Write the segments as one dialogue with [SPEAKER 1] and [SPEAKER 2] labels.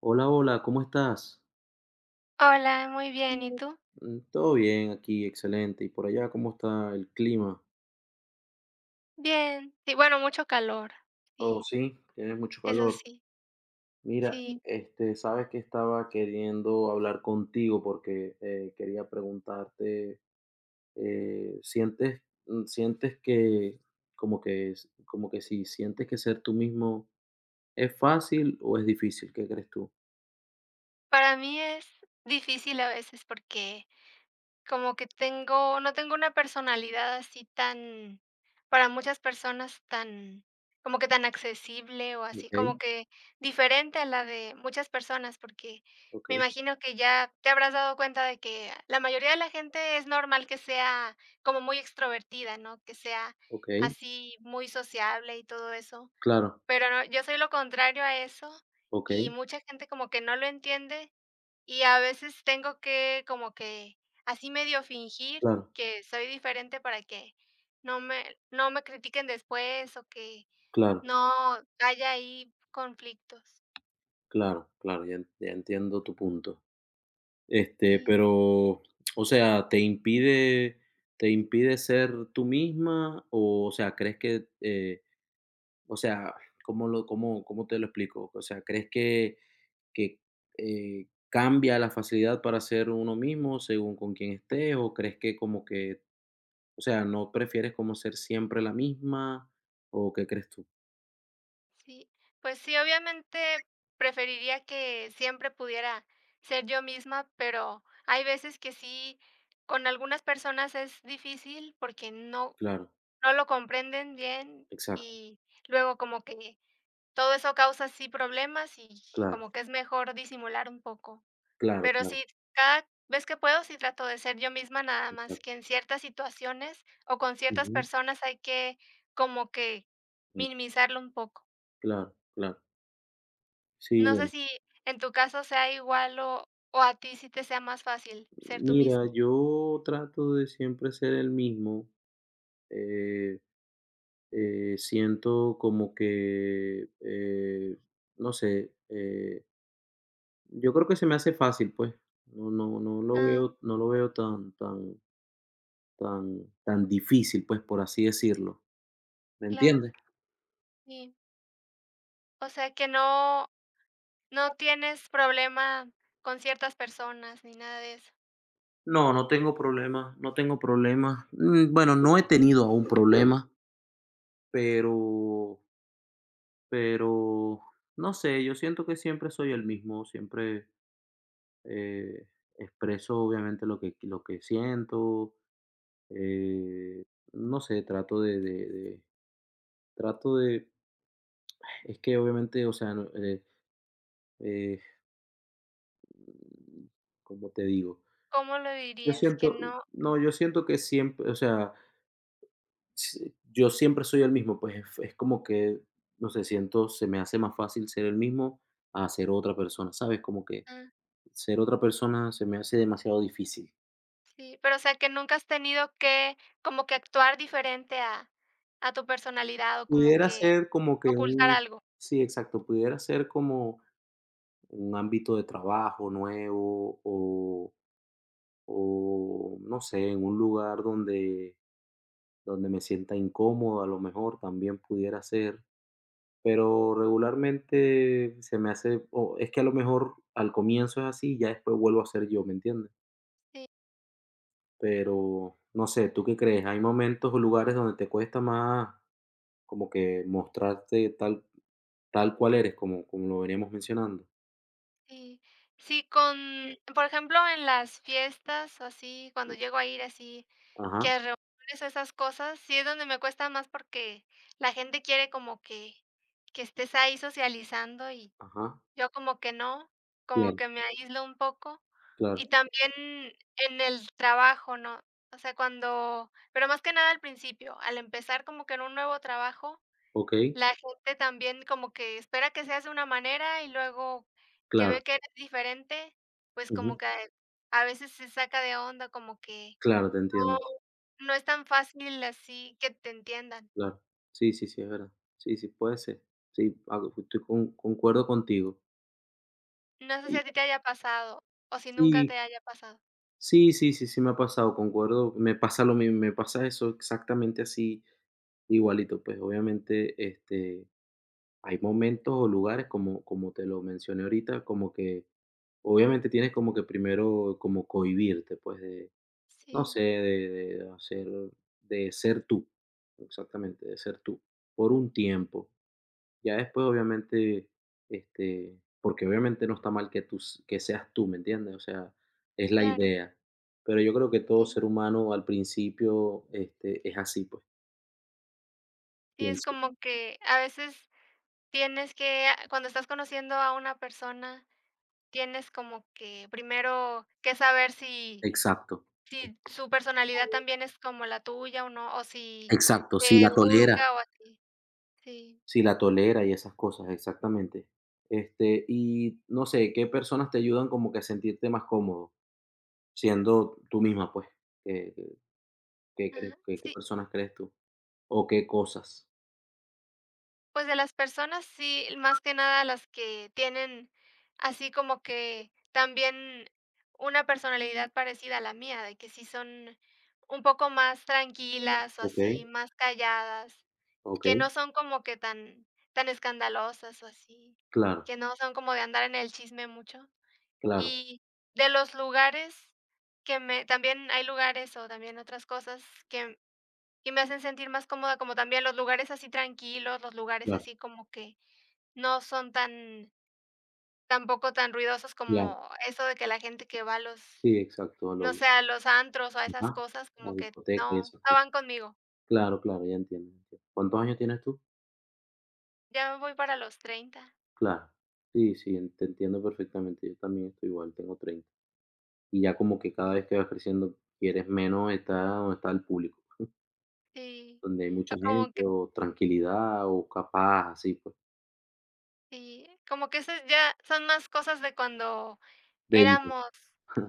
[SPEAKER 1] Hola, hola, ¿cómo estás?
[SPEAKER 2] Hola, muy bien, ¿y tú?
[SPEAKER 1] Mm, todo bien aquí, excelente. ¿Y por allá cómo está el clima?
[SPEAKER 2] Bien, sí, bueno, mucho calor,
[SPEAKER 1] Oh,
[SPEAKER 2] sí,
[SPEAKER 1] sí, tiene mucho
[SPEAKER 2] eso
[SPEAKER 1] calor.
[SPEAKER 2] sí,
[SPEAKER 1] Mira,
[SPEAKER 2] sí.
[SPEAKER 1] este, sabes que estaba queriendo hablar contigo porque quería preguntarte, ¿sientes que como que si sientes que ser tú mismo es fácil o es difícil? ¿Qué crees tú?
[SPEAKER 2] Para mí es difícil a veces porque como que tengo no tengo una personalidad así tan, para muchas personas, tan, como que tan accesible o así,
[SPEAKER 1] Ok,
[SPEAKER 2] como que diferente a la de muchas personas, porque
[SPEAKER 1] ok,
[SPEAKER 2] me imagino que ya te habrás dado cuenta de que la mayoría de la gente es normal que sea como muy extrovertida, ¿no? Que sea
[SPEAKER 1] ok,
[SPEAKER 2] así muy sociable y todo eso,
[SPEAKER 1] claro,
[SPEAKER 2] pero no, yo soy lo contrario a eso
[SPEAKER 1] ok,
[SPEAKER 2] y mucha gente como que no lo entiende y a veces tengo que, como que, así medio fingir
[SPEAKER 1] claro,
[SPEAKER 2] que soy diferente para que no me critiquen después o que
[SPEAKER 1] claro, claro,
[SPEAKER 2] no haya ahí conflictos.
[SPEAKER 1] claro, claro, ya, ya entiendo tu punto. Este,
[SPEAKER 2] Sí,
[SPEAKER 1] pero, o sea, ¿te impide ser tú misma? O sea, ¿crees que, o sea, cómo te lo explico? O sea, ¿crees que cambia la facilidad para ser uno mismo según con quién estés? ¿O crees que como que, o sea, no prefieres como ser siempre la misma? ¿O qué crees tú?
[SPEAKER 2] sí. Pues sí, obviamente preferiría que siempre pudiera ser yo misma, pero hay veces que sí, con algunas personas es difícil porque no
[SPEAKER 1] Claro,
[SPEAKER 2] no lo comprenden bien
[SPEAKER 1] exacto,
[SPEAKER 2] y luego como que todo eso causa sí problemas y
[SPEAKER 1] claro,
[SPEAKER 2] como que es mejor disimular un poco.
[SPEAKER 1] claro,
[SPEAKER 2] Pero
[SPEAKER 1] claro,
[SPEAKER 2] sí, cada vez que puedo, sí trato de ser yo misma, nada más
[SPEAKER 1] exacto.
[SPEAKER 2] que en ciertas situaciones o con ciertas
[SPEAKER 1] Ujú,
[SPEAKER 2] personas hay que como que
[SPEAKER 1] mm,
[SPEAKER 2] minimizarlo un poco.
[SPEAKER 1] claro, claro. Sí,
[SPEAKER 2] No
[SPEAKER 1] bueno.
[SPEAKER 2] sé si en tu caso sea igual o a ti sí te sea más fácil ser tú
[SPEAKER 1] Mira,
[SPEAKER 2] mismo.
[SPEAKER 1] yo trato de siempre ser el mismo. eh, siento como que, no sé, yo creo que se me hace fácil, pues. No, no, no lo
[SPEAKER 2] Ah,
[SPEAKER 1] veo, no lo veo tan, tan, tan, tan difícil, pues, por así decirlo. ¿Me
[SPEAKER 2] claro,
[SPEAKER 1] entiendes?
[SPEAKER 2] sí. O sea que no, no tienes problema con ciertas personas ni nada de eso.
[SPEAKER 1] No, no tengo problemas, no tengo problemas. Bueno, no he tenido aún problemas, pero, pero, no sé, yo siento que siempre soy el mismo, siempre. eh, expreso obviamente lo que siento, eh, no sé, trato de trato de es que obviamente, o sea, no, eh, ¿cómo te digo?
[SPEAKER 2] ¿Cómo lo
[SPEAKER 1] Yo
[SPEAKER 2] dirías? Que
[SPEAKER 1] siento
[SPEAKER 2] no.
[SPEAKER 1] No, yo siento que siempre, o sea, s yo siempre soy el mismo, pues, es como que, no sé, siento se me hace más fácil ser el mismo a ser otra persona, ¿sabes? Como que ser otra persona se me hace demasiado difícil.
[SPEAKER 2] Sí, pero, o sea, que nunca has tenido que como que actuar diferente a tu personalidad o como
[SPEAKER 1] Pudiera
[SPEAKER 2] que
[SPEAKER 1] ser como que
[SPEAKER 2] ocultar
[SPEAKER 1] un
[SPEAKER 2] algo.
[SPEAKER 1] Sí, exacto, pudiera ser como un ámbito de trabajo nuevo o no sé, en un lugar donde me sienta incómodo, a lo mejor también pudiera ser, pero regularmente se me hace o es que a lo mejor al comienzo es así, y ya después vuelvo a ser yo, ¿me entiendes?
[SPEAKER 2] Sí,
[SPEAKER 1] Pero no sé, ¿tú qué crees? ¿Hay momentos o lugares donde te cuesta más como que mostrarte tal cual eres, como lo veníamos mencionando?
[SPEAKER 2] sí. Sí, con, por ejemplo, en las fiestas o así, cuando llego a ir así,
[SPEAKER 1] Ajá,
[SPEAKER 2] que a reuniones o esas cosas, sí es donde me cuesta más porque la gente quiere como que estés ahí socializando y
[SPEAKER 1] ajá,
[SPEAKER 2] yo como que no, como
[SPEAKER 1] claro,
[SPEAKER 2] que me aíslo un poco.
[SPEAKER 1] claro,
[SPEAKER 2] Y también en el trabajo, ¿no? O sea, cuando, pero más que nada al principio, al empezar como que en un nuevo trabajo,
[SPEAKER 1] okey,
[SPEAKER 2] la gente también como que espera que seas de una manera y luego que
[SPEAKER 1] claro,
[SPEAKER 2] ve que eres diferente, pues como
[SPEAKER 1] ujú,
[SPEAKER 2] que a veces se saca de onda, como que
[SPEAKER 1] claro, te
[SPEAKER 2] no
[SPEAKER 1] entiendo,
[SPEAKER 2] no es tan fácil así que te entiendan.
[SPEAKER 1] claro. Sí, sí, sí, es verdad. Sí, sí, puede ser. Sí, algo estoy concuerdo contigo.
[SPEAKER 2] No sé si
[SPEAKER 1] Y
[SPEAKER 2] a ti te haya pasado o si nunca
[SPEAKER 1] sí,
[SPEAKER 2] te haya pasado.
[SPEAKER 1] sí, sí, sí, sí me ha pasado, concuerdo, me pasa lo mismo, me pasa eso exactamente así, igualito, pues, obviamente, este, hay momentos o lugares, como te lo mencioné ahorita, como que, obviamente, tienes como que primero como cohibirte, pues, de no
[SPEAKER 2] Sí,
[SPEAKER 1] sé, de hacer de ser tú, exactamente, de ser tú, por un tiempo. Ya después, obviamente, este, porque obviamente no está mal que tú s que seas tú, ¿me entiendes? O sea, es la
[SPEAKER 2] claro,
[SPEAKER 1] idea. Pero yo creo que todo
[SPEAKER 2] sí.
[SPEAKER 1] ser humano al principio, este, es así, pues,
[SPEAKER 2] Sí, es
[SPEAKER 1] pienso.
[SPEAKER 2] como que a veces tienes que, ah, cuando estás conociendo a una persona, tienes como que primero que saber si
[SPEAKER 1] Exacto,
[SPEAKER 2] si su personalidad también es como la tuya o no, o si
[SPEAKER 1] exacto, si
[SPEAKER 2] te
[SPEAKER 1] la tolera,
[SPEAKER 2] juzga o así. Sí.
[SPEAKER 1] si la tolera y esas cosas, exactamente. Este, y no sé, ¿qué personas te ayudan como que a sentirte más cómodo? Siendo tú misma, pues, ¿qué qué crees
[SPEAKER 2] Ajá.
[SPEAKER 1] qué
[SPEAKER 2] Sí,
[SPEAKER 1] personas crees tú? O qué cosas.
[SPEAKER 2] pues de las personas, sí, más que nada las que tienen así como que también una personalidad parecida a la mía, de que sí son un poco más tranquilas o así,
[SPEAKER 1] Okey,
[SPEAKER 2] más calladas. Que
[SPEAKER 1] okey.
[SPEAKER 2] no son como que tan escandalosas o así,
[SPEAKER 1] Claro,
[SPEAKER 2] que no son como de andar en el chisme mucho.
[SPEAKER 1] claro,
[SPEAKER 2] Y de los lugares que me, también hay lugares o también otras cosas que que me hacen sentir más cómoda, como también los lugares así tranquilos, los lugares
[SPEAKER 1] claro,
[SPEAKER 2] así como que no son tan, tampoco tan ruidosos,
[SPEAKER 1] claro.
[SPEAKER 2] como eso de que la gente que va a los,
[SPEAKER 1] Sí, exacto, lo
[SPEAKER 2] no sé, a los antros o a esas
[SPEAKER 1] ajá,
[SPEAKER 2] cosas,
[SPEAKER 1] la
[SPEAKER 2] como que
[SPEAKER 1] discoteca y
[SPEAKER 2] no,
[SPEAKER 1] esas
[SPEAKER 2] no
[SPEAKER 1] cosas.
[SPEAKER 2] van conmigo.
[SPEAKER 1] Claro, claro, ya entiendo, entiendo. ¿Cuántos años tienes tú?
[SPEAKER 2] Ya me voy para los 30.
[SPEAKER 1] Claro. Sí, sí, en te entiendo perfectamente. Yo también estoy igual, tengo 30. Y ya como que cada
[SPEAKER 2] Ah,
[SPEAKER 1] vez que vas creciendo quieres menos estar donde está el público,
[SPEAKER 2] sí,
[SPEAKER 1] donde hay
[SPEAKER 2] o
[SPEAKER 1] mucha
[SPEAKER 2] como
[SPEAKER 1] gente
[SPEAKER 2] que
[SPEAKER 1] o tranquilidad o capaz así, pues.
[SPEAKER 2] sí, como que esas ya son más cosas de cuando
[SPEAKER 1] 20,
[SPEAKER 2] éramos,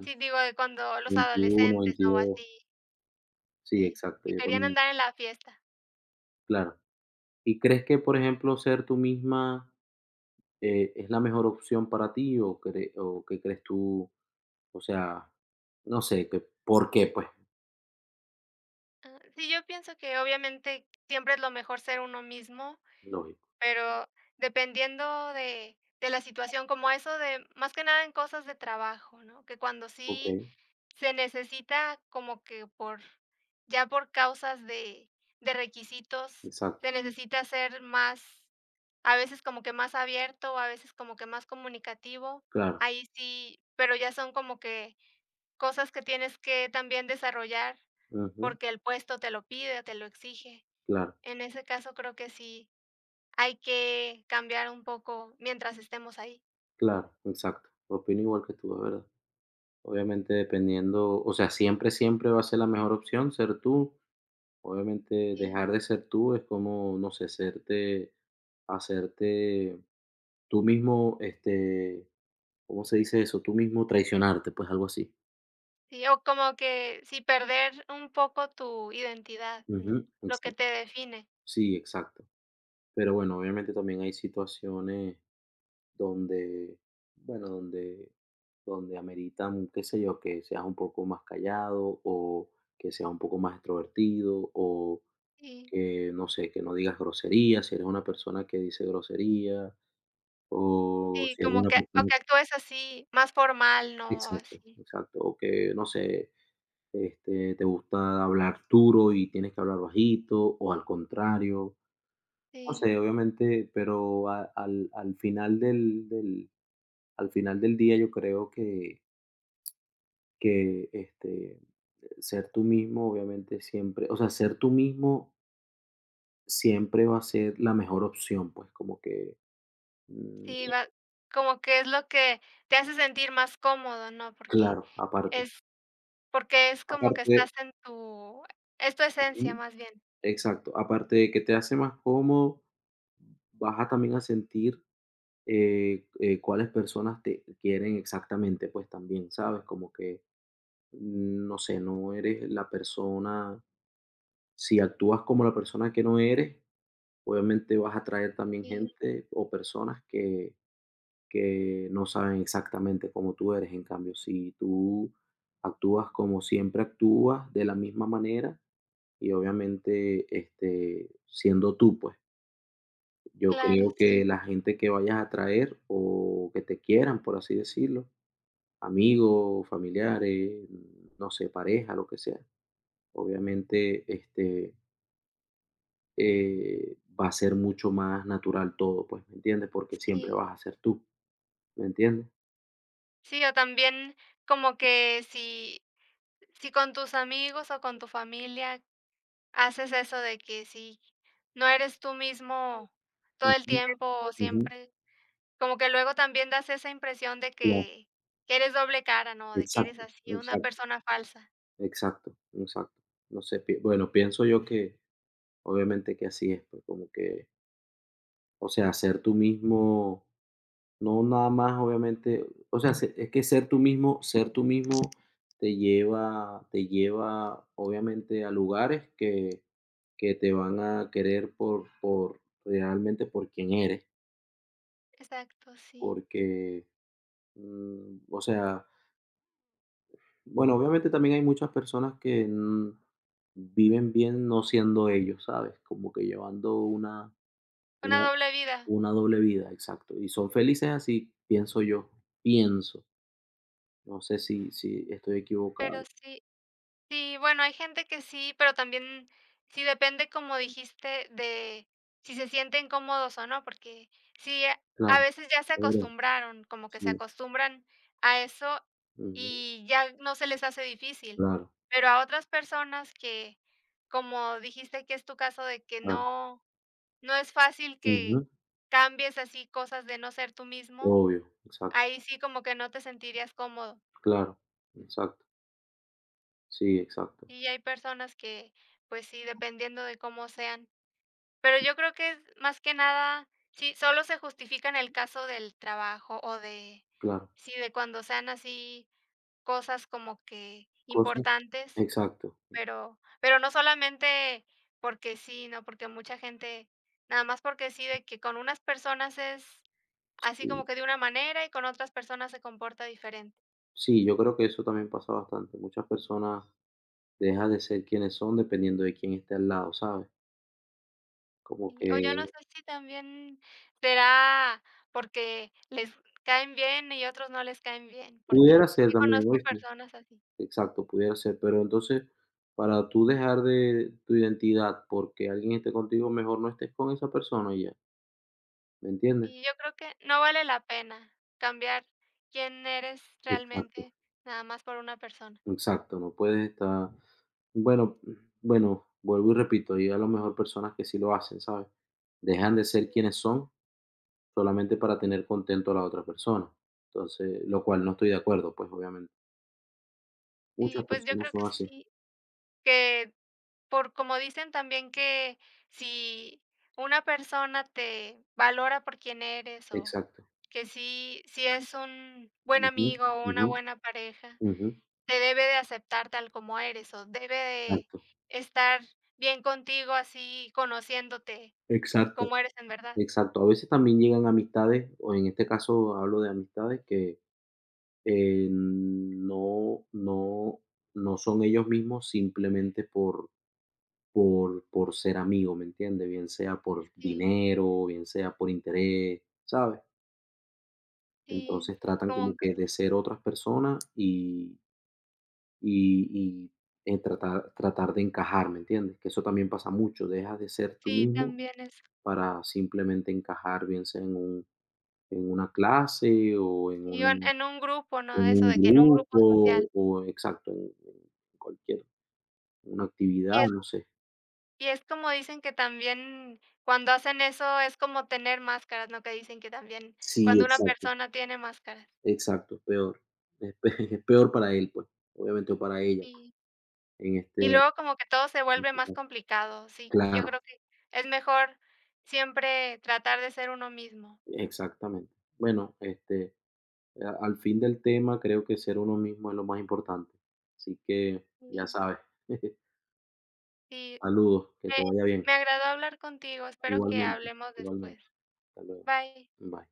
[SPEAKER 2] sí, digo, de cuando los
[SPEAKER 1] 21,
[SPEAKER 2] adolescentes, ¿no? O
[SPEAKER 1] 22.
[SPEAKER 2] así,
[SPEAKER 1] Sí,
[SPEAKER 2] sí,
[SPEAKER 1] exacto,
[SPEAKER 2] que
[SPEAKER 1] yo
[SPEAKER 2] querían
[SPEAKER 1] también,
[SPEAKER 2] andar en la fiesta.
[SPEAKER 1] claro. ¿Y crees que, por ejemplo, ser tú misma, es la mejor opción para ti o cre o qué crees tú? O sea, no sé, que ¿por qué? Pues,
[SPEAKER 2] Ah, sí, yo pienso que obviamente siempre es lo mejor ser uno mismo,
[SPEAKER 1] lógico.
[SPEAKER 2] pero dependiendo de la situación, como eso de más que nada en cosas de trabajo, ¿no? Que cuando sí
[SPEAKER 1] Okey,
[SPEAKER 2] se necesita como que, por ya por causas de requisitos,
[SPEAKER 1] exacto,
[SPEAKER 2] se necesita ser más, a veces como que más abierto, a veces como que más comunicativo.
[SPEAKER 1] claro,
[SPEAKER 2] Ahí sí, pero ya son como que cosas que tienes que también desarrollar,
[SPEAKER 1] ujú,
[SPEAKER 2] porque el puesto te lo pide, te lo exige.
[SPEAKER 1] claro,
[SPEAKER 2] En ese caso, creo que sí hay que cambiar un poco mientras estemos ahí.
[SPEAKER 1] claro, exacto. Opino igual que tú, la verdad. Obviamente, dependiendo o sea, siempre, siempre va a ser la mejor opción ser tú. Obviamente,
[SPEAKER 2] Sí.
[SPEAKER 1] dejar de ser tú es como, no sé, serte hacerte tú mismo, este ¿Cómo se dice eso? Tú mismo traicionarte, pues, algo así.
[SPEAKER 2] Sí, o como que sí, perder un poco tu identidad, ¿no?
[SPEAKER 1] Ujú,
[SPEAKER 2] Lo que
[SPEAKER 1] exacto.
[SPEAKER 2] te define.
[SPEAKER 1] Sí, exacto. Pero bueno, obviamente también hay situaciones donde, bueno, donde ameritan, qué sé yo, que seas un poco más callado, o que seas un poco más extrovertido, o
[SPEAKER 2] Sí,
[SPEAKER 1] que, no sé, que no digas groserías, si eres una persona que dice groserías, o
[SPEAKER 2] sí,
[SPEAKER 1] si eres
[SPEAKER 2] como
[SPEAKER 1] una
[SPEAKER 2] que o
[SPEAKER 1] persona
[SPEAKER 2] que actúes así, más formal, ¿no? O
[SPEAKER 1] exacto,
[SPEAKER 2] así.
[SPEAKER 1] exacto, o que, no sé, este, ¿te gusta hablar duro y tienes que hablar bajito o al contrario? No
[SPEAKER 2] Sí,
[SPEAKER 1] sé, obviamente, pero a al al final del día yo creo que, este, ser tú mismo, obviamente, siempre o sea, ser tú mismo siempre va a ser la mejor opción, pues, como que, mm,
[SPEAKER 2] sí,
[SPEAKER 1] sí.
[SPEAKER 2] va como que es lo que te hace sentir más cómodo, ¿no? Porque
[SPEAKER 1] Claro, aparte
[SPEAKER 2] es, porque es como que
[SPEAKER 1] aparte
[SPEAKER 2] estás en tu, es tu esencia,
[SPEAKER 1] ujú,
[SPEAKER 2] más bien.
[SPEAKER 1] exacto, aparte de que te hace más cómodo, vas a también a sentir Cuáles personas te quieren exactamente, pues también, ¿sabes? Como que, no sé, no eres la persona, si actúas como la persona que no eres, obviamente vas a atraer también
[SPEAKER 2] Sí,
[SPEAKER 1] gente o personas que no saben exactamente cómo tú eres. En cambio, si tú actúas como siempre actúas, de la misma manera, y obviamente este, siendo tú, pues yo
[SPEAKER 2] claro,
[SPEAKER 1] creo
[SPEAKER 2] sí,
[SPEAKER 1] que la gente que vayas a atraer o que te quieran, por así decirlo, amigos, familiares, no sé, pareja, lo que sea. Obviamente, este, va a ser mucho más natural todo, pues, ¿me entiendes? Porque siempre
[SPEAKER 2] sí.
[SPEAKER 1] vas a ser tú, ¿me entiendes?
[SPEAKER 2] Sí, o también como que si, si con tus amigos o con tu familia haces eso de que si no eres tú mismo todo el
[SPEAKER 1] Ujú,
[SPEAKER 2] tiempo o
[SPEAKER 1] ujú,
[SPEAKER 2] siempre, como que luego también das esa impresión de
[SPEAKER 1] claro,
[SPEAKER 2] que eres doble cara, ¿no? De que eres
[SPEAKER 1] exacto,
[SPEAKER 2] así, una
[SPEAKER 1] exacto,
[SPEAKER 2] persona falsa.
[SPEAKER 1] exacto, exacto. No sé, bueno, pienso yo que obviamente que así es, pues como que, o sea, ser tú mismo no nada más, obviamente, o sea, se es que ser tú mismo te lleva, obviamente, a lugares que te van a querer por realmente por quien eres,
[SPEAKER 2] Exacto, sí.
[SPEAKER 1] porque, mm, o sea, bueno, obviamente también hay muchas personas que, mm, viven bien no siendo ellos, ¿sabes? Como que llevando una una
[SPEAKER 2] Una doble vida.
[SPEAKER 1] una doble vida, exacto, y son felices así, pienso yo, pienso, no sé si
[SPEAKER 2] Mm.
[SPEAKER 1] estoy
[SPEAKER 2] Pero
[SPEAKER 1] equivocado.
[SPEAKER 2] sí, sí, bueno, hay gente que sí, pero también sí depende, como dijiste, de si se sienten cómodos o no, porque sí, a
[SPEAKER 1] Claro,
[SPEAKER 2] veces ya se
[SPEAKER 1] seguro,
[SPEAKER 2] acostumbraron, como que se
[SPEAKER 1] sí.
[SPEAKER 2] acostumbran a eso
[SPEAKER 1] Ujú.
[SPEAKER 2] y ya no se les hace difícil,
[SPEAKER 1] Claro,
[SPEAKER 2] pero a otras personas que, como dijiste que es tu caso, de que
[SPEAKER 1] claro.
[SPEAKER 2] no, no es fácil que
[SPEAKER 1] Ujú.
[SPEAKER 2] cambies así cosas de no ser tú mismo,
[SPEAKER 1] Obvio, exacto,
[SPEAKER 2] ahí sí como que no te sentirías cómodo.
[SPEAKER 1] claro, exacto. Sí, exacto,
[SPEAKER 2] Y hay personas que, pues sí, dependiendo de cómo sean. Pero yo creo que es más que nada, sí, solo se justifica en el caso del trabajo o de,
[SPEAKER 1] claro.
[SPEAKER 2] sí, de cuando sean así cosas como que
[SPEAKER 1] Cosas
[SPEAKER 2] importantes,
[SPEAKER 1] Exacto.
[SPEAKER 2] pero no solamente porque sí, ¿no? Porque mucha gente, nada más porque sí, de que con unas personas es así
[SPEAKER 1] Sí,
[SPEAKER 2] como que de una manera y con otras personas se comporta diferente.
[SPEAKER 1] sí, yo creo que eso también pasa bastante. Muchas personas dejan de ser quienes son dependiendo de quién esté al lado, ¿sabes? Como que
[SPEAKER 2] Y, o yo no sé si también será porque les caen bien y otros no les caen bien, porque
[SPEAKER 1] pudiera ser
[SPEAKER 2] sí
[SPEAKER 1] también,
[SPEAKER 2] conozco
[SPEAKER 1] ¿oíste?
[SPEAKER 2] personas así.
[SPEAKER 1] Exacto, pudiera ser, pero entonces, para tú dejar de tu identidad porque alguien esté contigo, mejor no estés con esa persona y ya, ¿me entiendes?
[SPEAKER 2] Y yo creo que no vale la pena cambiar quién eres
[SPEAKER 1] Exacto.
[SPEAKER 2] realmente nada más por una persona.
[SPEAKER 1] Exacto, no puedes estar. Bueno, bueno, vuelvo y repito, y a lo mejor personas que sí lo hacen, ¿sabes? Dejan de ser quienes son solamente para tener contento a la otra persona. Entonces, lo cual no estoy de acuerdo, pues, obviamente.
[SPEAKER 2] Y
[SPEAKER 1] Muchas
[SPEAKER 2] pues yo
[SPEAKER 1] personas
[SPEAKER 2] creo que
[SPEAKER 1] son así.
[SPEAKER 2] sí, que por como dicen también que si una persona te valora por quién eres o
[SPEAKER 1] Exacto.
[SPEAKER 2] que sí, si es un buen
[SPEAKER 1] Ujú,
[SPEAKER 2] amigo o una
[SPEAKER 1] ujú,
[SPEAKER 2] buena pareja,
[SPEAKER 1] ujú.
[SPEAKER 2] te debe de aceptar tal como eres, o debe de
[SPEAKER 1] Exacto.
[SPEAKER 2] estar bien contigo así conociéndote
[SPEAKER 1] Exacto,
[SPEAKER 2] como eres en verdad.
[SPEAKER 1] exacto. A veces también llegan amistades, o en este caso hablo de amistades que, eh, no no no son ellos mismos simplemente por por ser amigo, ¿me entiendes? Bien sea por
[SPEAKER 2] Sí,
[SPEAKER 1] dinero, bien sea por interés, ¿sabes?
[SPEAKER 2] sí,
[SPEAKER 1] Entonces tratan
[SPEAKER 2] como
[SPEAKER 1] como
[SPEAKER 2] que
[SPEAKER 1] que de ser otras personas y y, tratar de encajar, ¿me entiendes? Que eso también pasa mucho, dejas de ser tú
[SPEAKER 2] sí,
[SPEAKER 1] mismo
[SPEAKER 2] también es,
[SPEAKER 1] para simplemente encajar, bien sea en un en una clase o en
[SPEAKER 2] sí, o
[SPEAKER 1] un
[SPEAKER 2] en un grupo, ¿no?
[SPEAKER 1] en
[SPEAKER 2] Eso
[SPEAKER 1] un
[SPEAKER 2] de que en un grupo social.
[SPEAKER 1] grupo o exacto, en cualquier una actividad,
[SPEAKER 2] Y es
[SPEAKER 1] no sé.
[SPEAKER 2] y es como dicen que también cuando hacen eso es como tener máscaras, ¿no? Que dicen que también
[SPEAKER 1] Sí,
[SPEAKER 2] cuando una
[SPEAKER 1] exacto.
[SPEAKER 2] persona tiene máscaras.
[SPEAKER 1] Exacto, es peor. Es pe Es peor para él, pues, obviamente, o para ella,
[SPEAKER 2] Sí.
[SPEAKER 1] en este
[SPEAKER 2] Y luego como que todo se vuelve más
[SPEAKER 1] caso.
[SPEAKER 2] complicado, sí. Yo
[SPEAKER 1] Claro,
[SPEAKER 2] creo que es mejor siempre tratar de ser uno mismo.
[SPEAKER 1] exactamente. Bueno, este, a al fin del tema, creo que ser uno mismo es lo más importante. Así que, ya
[SPEAKER 2] Sí,
[SPEAKER 1] sabes.
[SPEAKER 2] sí,
[SPEAKER 1] Saludos, que te
[SPEAKER 2] me
[SPEAKER 1] vaya bien.
[SPEAKER 2] me agradó hablar contigo, espero que
[SPEAKER 1] Igualmente,
[SPEAKER 2] hablemos
[SPEAKER 1] igualmente.
[SPEAKER 2] después.
[SPEAKER 1] Hasta luego.
[SPEAKER 2] Bye.
[SPEAKER 1] Bye.